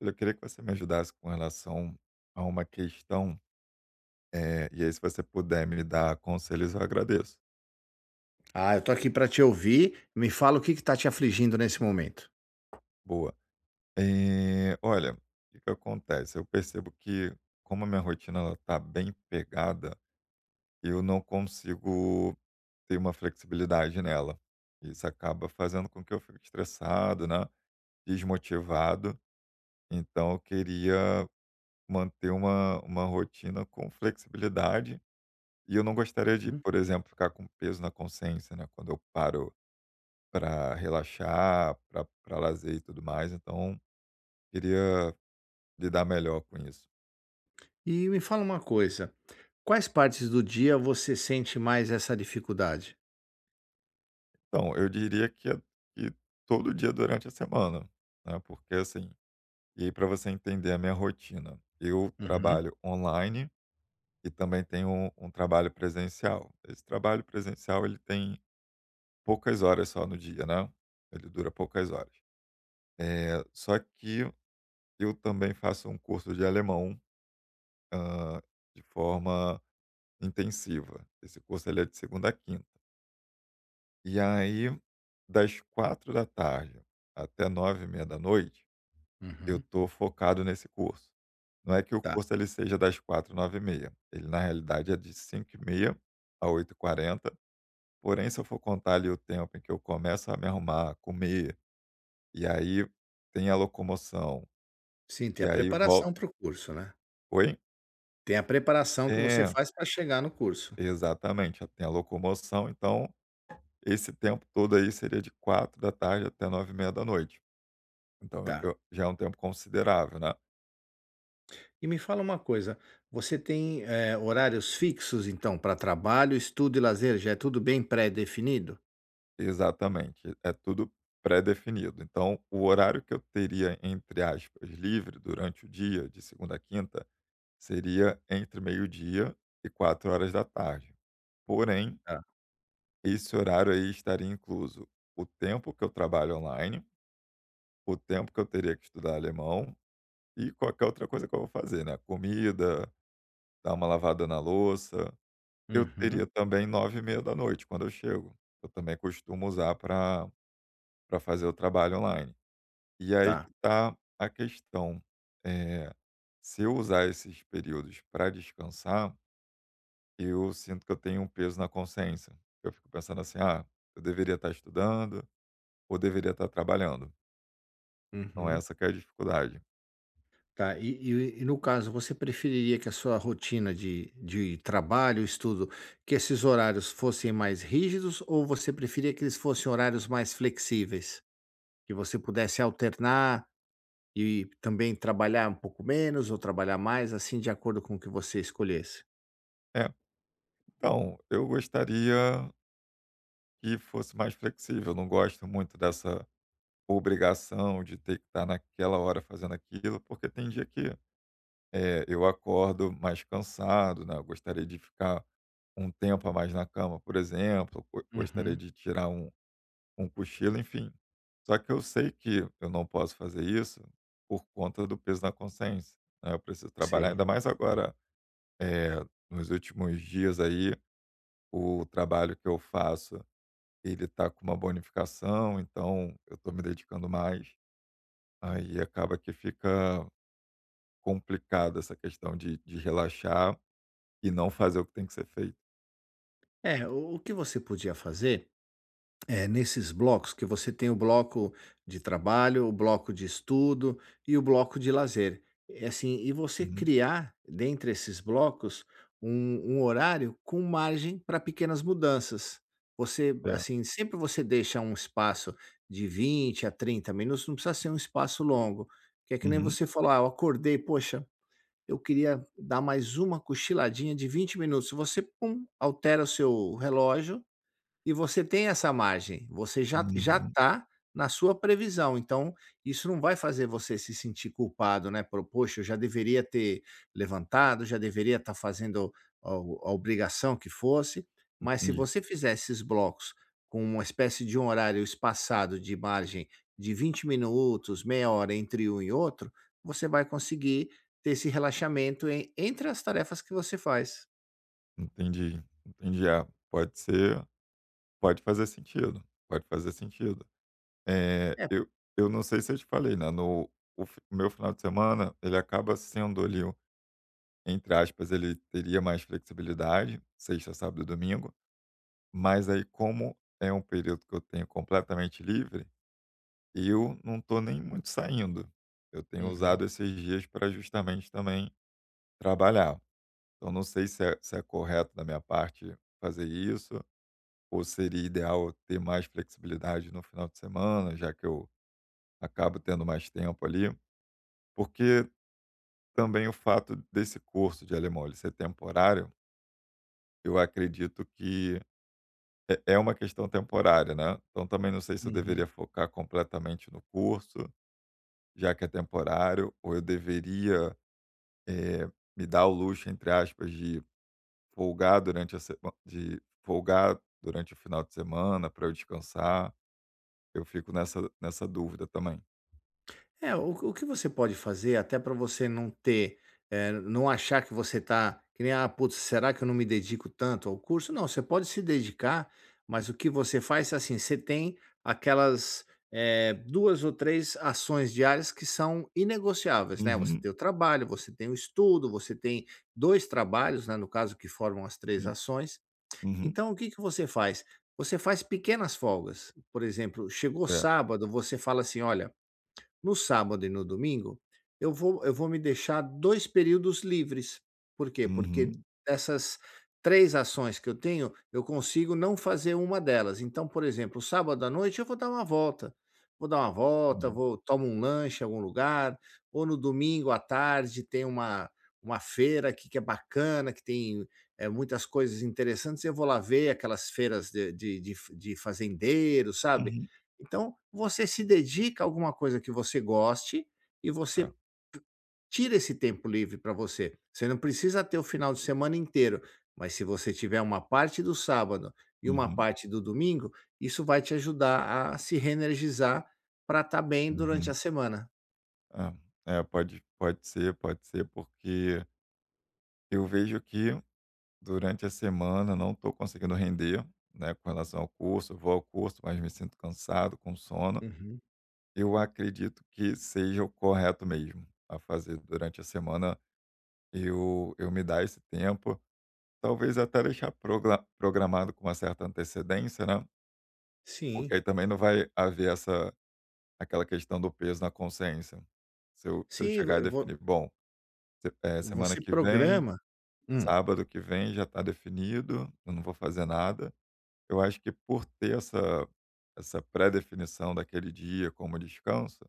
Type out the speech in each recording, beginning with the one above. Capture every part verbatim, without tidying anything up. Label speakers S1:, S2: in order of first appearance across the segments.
S1: Eu queria que você me ajudasse com relação a uma questão, eh, e aí se você puder me dar conselhos, eu agradeço.
S2: Ah, eu tô aqui pra te ouvir. Me fala o que que tá te afligindo nesse momento.
S1: Boa. Eh, olha, o que que acontece? Eu percebo que como a minha rotina ela tá bem pegada, eu não consigo ter uma flexibilidade nela. Isso acaba fazendo com que eu fique estressado, né, desmotivado, então eu queria manter uma uma rotina com flexibilidade. E eu não gostaria de,
S2: Uhum.
S1: por exemplo, ficar com peso na consciência, né, quando eu paro para relaxar, para pra lazer e tudo mais, então queria lidar melhor com isso.
S2: E me fala uma coisa, quais partes do dia você sente mais essa dificuldade?
S1: Então, eu diria que é que todo dia durante a semana, né, porque assim, e aí pra você entender a minha rotina, eu
S2: Uhum,
S1: trabalho online e também tenho um um trabalho presencial. Esse trabalho presencial ele tem poucas horas só no dia, né, ele dura poucas horas. Eh, só que Eu também faço um curso de alemão, hã, de forma intensiva. Esse curso ele é de segunda a quinta. E aí, das quatro da tarde até nove e meia da noite eu
S2: uhum.
S1: estou focado nesse curso. Não é que o
S2: Tá.
S1: curso ele seja das dezesseis nove e meia. Ele na realidade é de cinco e meia a oito e quarenta, porém se eu for contar ali o tempo em que eu começo a me arrumar, comer, e aí tem a locomoção,
S2: Sim, tem
S1: e
S2: a
S1: aí
S2: preparação
S1: vol
S2: para o curso, né.
S1: Oi?
S2: Tem a preparação que você
S1: É.
S2: faz para chegar no curso.
S1: Exatamente, já tem a locomoção, então esse tempo todo aí seria de quatro da tarde até nove e meia da noite. Então,
S2: Tá.
S1: eu já é um tempo considerável, né.
S2: E me fala uma coisa, você tem, eh, horários fixos então para trabalho, estudo e lazer? Já é tudo bem pré-definido?
S1: Exatamente, é tudo pré-definido. Então o horário que eu teria, entre aspas, "livre" durante o dia, de segunda a quinta, seria entre meio-dia e quatro horas da tarde. Porém,
S2: Tá.
S1: esse horário aí estaria incluso o tempo que eu trabalho online, o tempo que eu teria que estudar alemão, E qualquer outra coisa que eu vou fazer, né, comida, dar uma lavada na louça. Eu
S2: Uhum.
S1: teria também nove e meia da noite quando eu chego. Eu também costumo usar para para fazer o trabalho online. E aí que
S2: Tá.
S1: tá a questão, eh, se eu usar esses períodos para descansar, eu sinto que eu tenho um peso na consciência. Eu fico pensando assim: "Ah, eu deveria estar estudando ou deveria estar trabalhando". Então
S2: Uhum.
S1: essa que é a dificuldade.
S2: Tá, e e e no caso, você preferiria que a sua rotina de de trabalho, estudo, que esses horários fossem mais rígidos ou você preferia que eles fossem horários mais flexíveis? Que você pudesse alternar e também trabalhar um pouco menos ou trabalhar mais, assim, de acordo com o que você escolhesse?
S1: É, então, eu gostaria que fosse mais flexível. Eu não gosto muito dessa obrigação de ter que estar naquela hora fazendo aquilo, porque tem dia que, eh, eu acordo mais cansado, né, eu gostaria de ficar um tempo a mais na cama, por exemplo. Eu go Gostaria
S2: Uhum,
S1: de tirar um Um cochilo, enfim. Só que eu sei que eu não posso fazer isso por conta do peso na consciência, né, eu preciso trabalhar,
S2: sei.
S1: ainda mais agora, eh, nos últimos dias aí, o trabalho que eu faço ele está com uma bonificação, então eu estou me dedicando mais, aí acaba que fica complicada essa questão de de relaxar e não fazer o que tem que ser feito.
S2: É, o o que você podia fazer. É, nesses blocos que você tem o bloco de trabalho, o bloco de estudo e o bloco de lazer. É assim, e você
S1: Uhum.
S2: criar dentre esses blocos um, um horário com margem para pequenas mudanças. Você,
S1: É.
S2: assim, sempre você deixa um espaço de vinte a trinta minutos, não precisa ser um espaço longo. Que é que nem
S1: Uhum.
S2: você falar, ah, eu acordei, poxa, eu queria dar mais uma cochiladinha de vinte minutos. Você, pum, altera o seu relógio e você tem essa margem, você já já
S1: Uhum.
S2: está na sua previsão, então isso não vai fazer você se sentir culpado, né, por: "Poxa, eu já deveria ter levantado, já deveria estar fazendo a a obrigação que fosse". Mas se
S1: Entendi,
S2: você fizer esses blocos com uma espécie de um horário espaçado de margem de vinte minutos, meia hora entre um e outro, você vai conseguir ter esse relaxamento en entre as tarefas que você faz.
S1: entendi, entendi. É, pode ser. Pode fazer sentido, pode fazer sentido. Eh,
S2: É.
S1: eu eu não sei se eu te falei, né, no o fi meu final de semana ele acaba sendo ali, o entre aspas, ele teria mais flexibilidade, sexta, sábado e domingo, mas aí como é um período que eu tenho completamente livre, eu não estou nem muito saindo. Eu tenho
S2: Uhum,
S1: usado esses dias para justamente também trabalhar. Então não sei se é se é correto da minha parte fazer isso. Ou seria ideal eu ter mais flexibilidade no final de semana, já que eu acabo tendo mais tempo ali? Porque também o fato desse curso de alemão ele ser temporário, eu acredito que é é uma questão temporária, né? Então também não sei se eu deveria
S2: uhum.
S1: focar completamente no curso, já que é temporário, ou eu deveria, eh, me dar o luxo, entre aspas, de folgar durante a sema- de folgar durante o final de semana para eu descansar. Eu fico nessa nessa dúvida também.
S2: É, o o que você pode fazer até para você não ter, eh, não achar que você tá que nem: "Ah, putz, será que eu não me dedico tanto ao curso?" Não, você pode se dedicar, mas o que você faz, é assim, você tem aquelas, eh, duas ou três ações diárias que são inegociáveis, né. Você
S1: Uhum,
S2: tem o trabalho, você tem o estudo, você tem dois trabalhos, né, no caso que formam as três
S1: sim.
S2: ações.
S1: Uhum.
S2: Então o que que você faz? Você faz pequenas folgas. Por exemplo, chegou
S1: É.
S2: sábado, você fala assim: "Olha, no sábado e no domingo, eu vou eu vou me deixar dois períodos livres. Por quê? Porque
S1: Uhum.
S2: dessas três ações que eu tenho, eu consigo não fazer uma delas. Então, por exemplo, sábado à noite eu vou dar uma volta. Vou dar uma volta,
S1: Entendi.
S2: vou tomo um lanche em algum lugar, ou no domingo à tarde tem uma uma feira aqui que é bacana, que tem, é muitas coisas interessantes, eu vou lá ver aquelas feiras de de de de fazendeiros, sabe?
S1: Uhum.
S2: Então, você se dedica a alguma coisa que você goste e
S1: É.
S2: você tira esse tempo livre para você. Você não precisa ter o final de semana inteiro, mas se você tiver uma parte do sábado e uma
S1: Uhum,
S2: parte do domingo, isso vai te ajudar a se reenergizar para estar bem durante a
S1: uhum.
S2: semana.
S1: É. É, pode pode ser, pode ser, porque eu vejo que durante a semana não estou conseguindo render, né, com relação ao curso. Eu vou ao curso, mas me sinto cansado, com sono.
S2: Uhum.
S1: Eu acredito que seja o correto mesmo a fazer durante a semana, eu eu me dar esse tempo, talvez até deixar progra programado com uma certa antecedência, né, porque
S2: Sim,
S1: aí também não vai haver essa aquela questão do peso na consciência. Se eu se eu
S2: sim,
S1: chegar e
S2: vo- vo-
S1: definir: "Bom, se eh, semana
S2: você
S1: que vem,
S2: programa. Hum.
S1: sábado que vem já está definido, eu não vou fazer nada", eu acho que por ter essa essa pré-definição daquele dia como descanso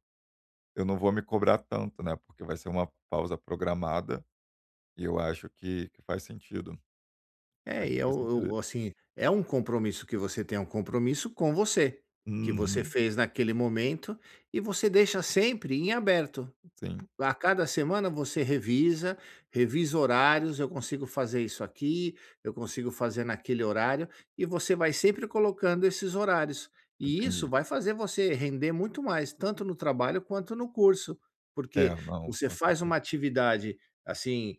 S1: eu não vou me cobrar tanto, né, porque vai ser uma pausa programada e eu acho que que faz sentido.
S2: É,
S1: Acho
S2: e
S1: que
S2: eu
S1: faz sentido
S2: eu
S1: isso.
S2: assim, é um compromisso que você tem, é um compromisso com você, que você
S1: Uhum.
S2: fez naquele momento e você deixa sempre em aberto.
S1: Sim,
S2: A cada semana você revisa, revisa horários, eu consigo fazer isso aqui, eu consigo fazer naquele horário, e você vai sempre colocando esses horários. E isso
S1: entendi.
S2: vai fazer você render muito mais, tanto no trabalho quanto no curso, porque
S1: É, não,
S2: você
S1: com
S2: faz
S1: certeza.
S2: uma atividade assim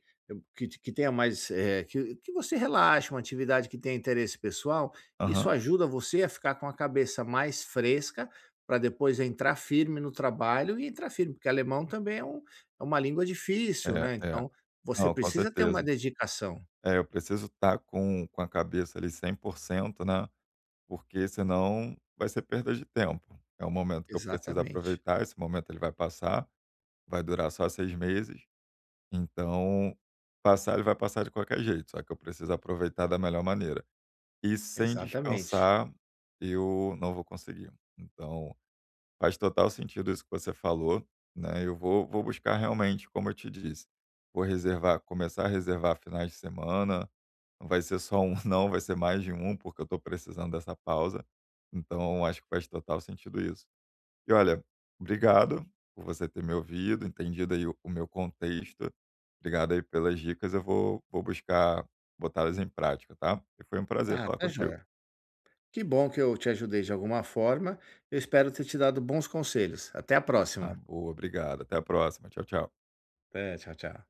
S2: que, que tenha mais eh, que, que você relaxe, uma atividade que tenha interesse pessoal, isso
S1: Aham.
S2: ajuda você a ficar com a cabeça mais fresca para depois entrar firme no trabalho e entrar firme, porque alemão também é um, é uma língua difícil,
S1: É,
S2: né,
S1: é.
S2: então você
S1: Não, com
S2: precisa ter uma
S1: certeza.
S2: dedicação.
S1: É, eu preciso estar com com a cabeça ali cem por cento, né, porque senão vai ser perda de tempo. É um momento que eu preciso
S2: Exatamente,
S1: aproveitar, esse momento ele vai passar, vai durar só seis meses, então passar ele vai passar de qualquer jeito, só que eu preciso aproveitar da melhor maneira. E sem
S2: exatamente.
S1: descansar, eu não vou conseguir. Então, faz total sentido isso que você falou, né, eu vou vou buscar realmente, como eu te disse, vou reservar começar a reservar finais de semana, não vai ser só um não, vai ser mais de um porque eu estou precisando dessa pausa. Então acho que faz total sentido isso. E olha, obrigado por você ter me ouvido, entendido aí o o meu contexto, obrigado aí pelas dicas, eu vou vou buscar botá-las em prática, tá. E foi um prazer
S2: Ah,
S1: falar
S2: tá
S1: contigo.
S2: joia. Que bom que eu te ajudei de alguma forma, eu espero ter te dado bons conselhos. Até a
S1: Ah,
S2: próxima.
S1: boa, obrigado. Até a próxima. Tchau, tchau.
S2: Até, tchau, tchau.